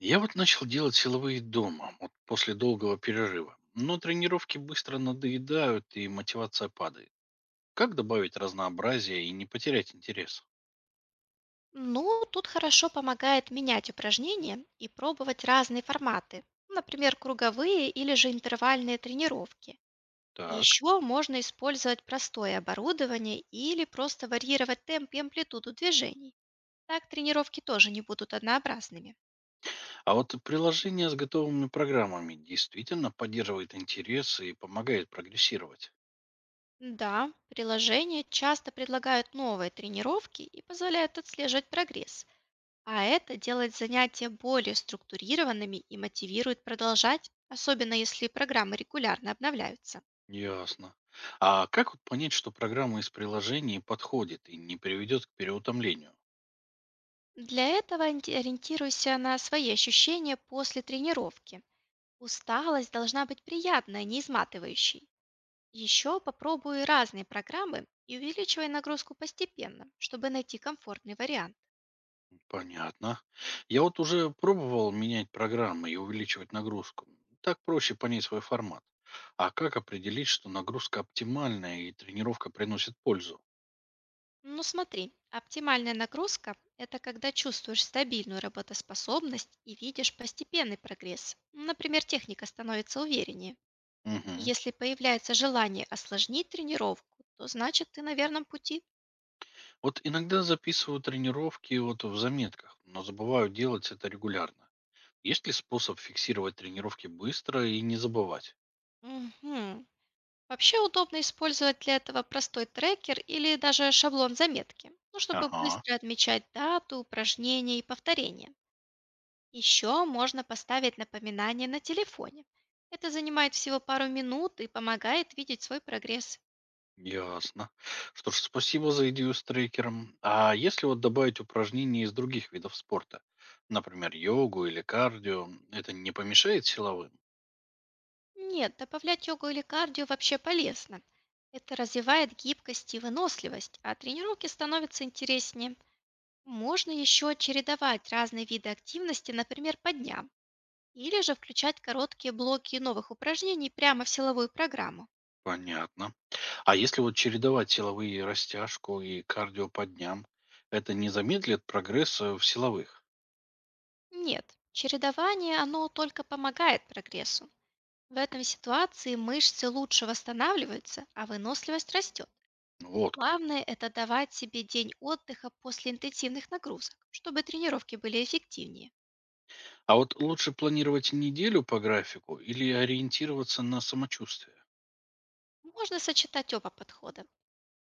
Я вот начал делать силовые дома, вот после долгого перерыва. Но тренировки быстро надоедают и мотивация падает. Как добавить разнообразие и не потерять интерес? Ну, тут хорошо помогает менять упражнения и пробовать разные форматы, например, круговые или же интервальные тренировки. Так. Еще можно использовать простое оборудование или просто варьировать темп и амплитуду движений. Так тренировки тоже не будут однообразными. А вот приложение с готовыми программами действительно поддерживает интерес и помогает прогрессировать. Да, приложения часто предлагают новые тренировки и позволяют отслеживать прогресс, а это делает занятия более структурированными и мотивирует продолжать, особенно если программы регулярно обновляются. Ясно. А как вот понять, что программа из приложений подходит и не приведет к переутомлению? Для этого ориентируйся на свои ощущения после тренировки. Усталость должна быть приятной, не изматывающей. Еще попробуй разные программы и увеличивай нагрузку постепенно, чтобы найти комфортный вариант. Понятно. Я вот уже пробовал менять программы и увеличивать нагрузку. Так проще понять свой формат. А как определить, что нагрузка оптимальная и тренировка приносит пользу? Но смотри, оптимальная нагрузка– это когда чувствуешь стабильную работоспособность и видишь постепенный прогресс. Например, техника становится увереннее. И Мгм. если появляется желание осложнить тренировку, то значит ты на верном пути. Вот иногда записываю тренировки вот в заметках, но забываю делать это регулярно. Есть ли способ фиксировать тренировки быстро и не забывать? Мгм. Вообще удобно использовать для этого простой трекер или даже шаблон заметки, ну, чтобы Ага. быстро отмечать дату, упражнения и повторения. Еще можно поставить напоминание на телефоне. Это занимает всего пару минут и помогает видеть свой прогресс. Ясно. Что ж, спасибо за идею с трекером. А если вот добавить упражнения из других видов спорта, например, йогу или кардио, это не помешает силовым? Нет, добавлять йогу или кардио вообще полезно. Это развивает гибкость и выносливость, а тренировки становятся интереснее. Можно еще чередовать разные виды активности, например, по дням. Или же включать короткие блоки новых упражнений прямо в силовую программу. Понятно. А если вот чередовать силовые растяжку и кардио по дням, это не замедлит прогресс в силовых? Нет, чередование, оно только помогает прогрессу. В этом ситуации мышцы лучше восстанавливаются, а выносливость растет. Вот как. Главное– это давать себе день отдыха после интенсивных нагрузок, чтобы тренировки были эффективнее. А вот лучше планировать неделю по графику или ориентироваться на самочувствие? Можно сочетать оба подхода.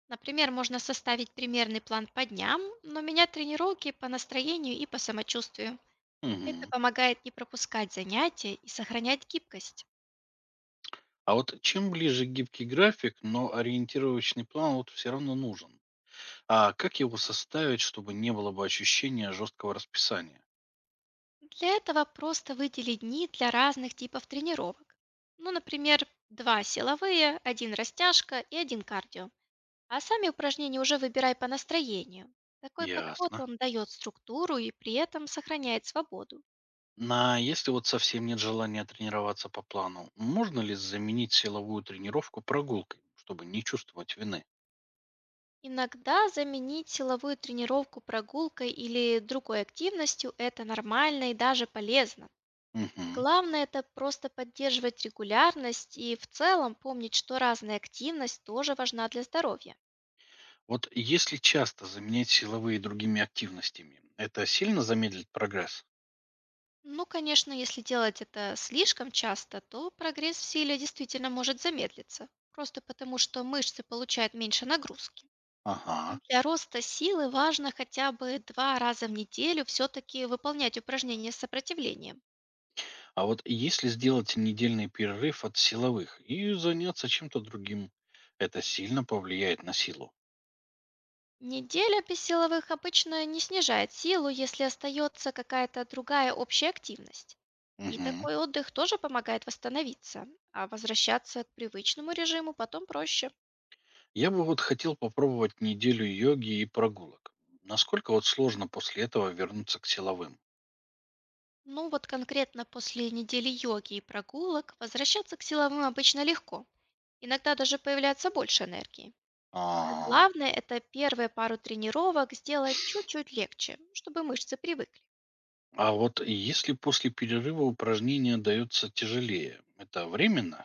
Например, можно составить примерный план по дням, но менять тренировки по настроению и по самочувствию. Это Мгм. помогает не пропускать занятия и сохранять гибкость. А вот чем ближе гибкий график, но ориентировочный план вот все равно нужен. А как его составить, чтобы не было бы ощущения жесткого расписания? Для этого просто выдели дни для разных типов тренировок. Ну, например, два силовые, один растяжка и один кардио. А сами упражнения уже выбирай по настроению. Такой подход Ясно. он дает структуру и при этом сохраняет свободу. На если вот совсем нет желания тренироваться по плану, можно ли заменить силовую тренировку прогулкой, чтобы не чувствовать вины? Иногда заменить силовую тренировку прогулкой или другой активностью– это нормально и даже полезно. Мгм. Главное– это просто поддерживать регулярность и в целом помнить, что разная активность тоже важна для здоровья. Вот если часто заменять силовые другими активностями, это сильно замедлит прогресс? Ну, конечно, если делать это слишком часто, то прогресс в силе действительно может замедлиться, просто потому что мышцы получают меньше нагрузки. Ага. Ну, для роста силы важно хотя бы два раза в неделю все-таки выполнять упражнения с сопротивлением. А вот если сделать недельный перерыв от силовых и заняться чем-то другим, это сильно повлияет на силу? Неделя без силовых обычно не снижает силу, если остается какая-то другая общая активность. И Мгм. такой отдых тоже помогает восстановиться, а возвращаться к привычному режиму потом проще. Я бы вот хотел попробовать неделю йоги и прогулок. Насколько вот сложно после этого вернуться к силовым? Ну вот конкретно после недели йоги и прогулок возвращаться к силовым обычно легко. Иногда даже появляется больше энергии. А, Главное– это первые пару тренировок сделать чуть-чуть легче, чтобы мышцы привыкли. а вот если после перерыва упражнения дается тяжелее, это временно?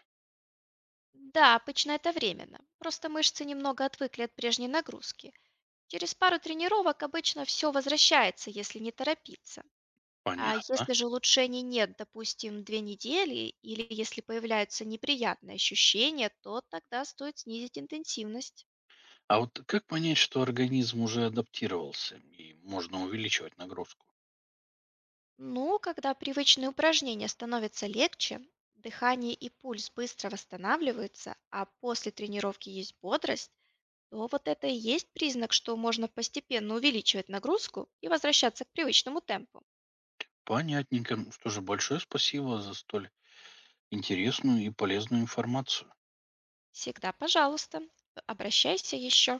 Да, обычно это временно. Просто мышцы немного отвыкли от прежней нагрузки. Через пару тренировок обычно все возвращается, если не торопиться. А Понятно. если же улучшений нет, допустим, две недели, или если появляются неприятные ощущения, то тогда стоит снизить интенсивность. А вот как понять, что организм уже адаптировался и можно увеличивать нагрузку? Ну, когда привычные упражнения становятся легче, дыхание и пульс быстро восстанавливаются, а после тренировки есть бодрость, то вот это и есть признак, что можно постепенно увеличивать нагрузку и возвращаться к привычному темпу. Понятненько. Что же, большое спасибо за столь интересную и полезную информацию. Всегда, пожалуйста, обращайся еще.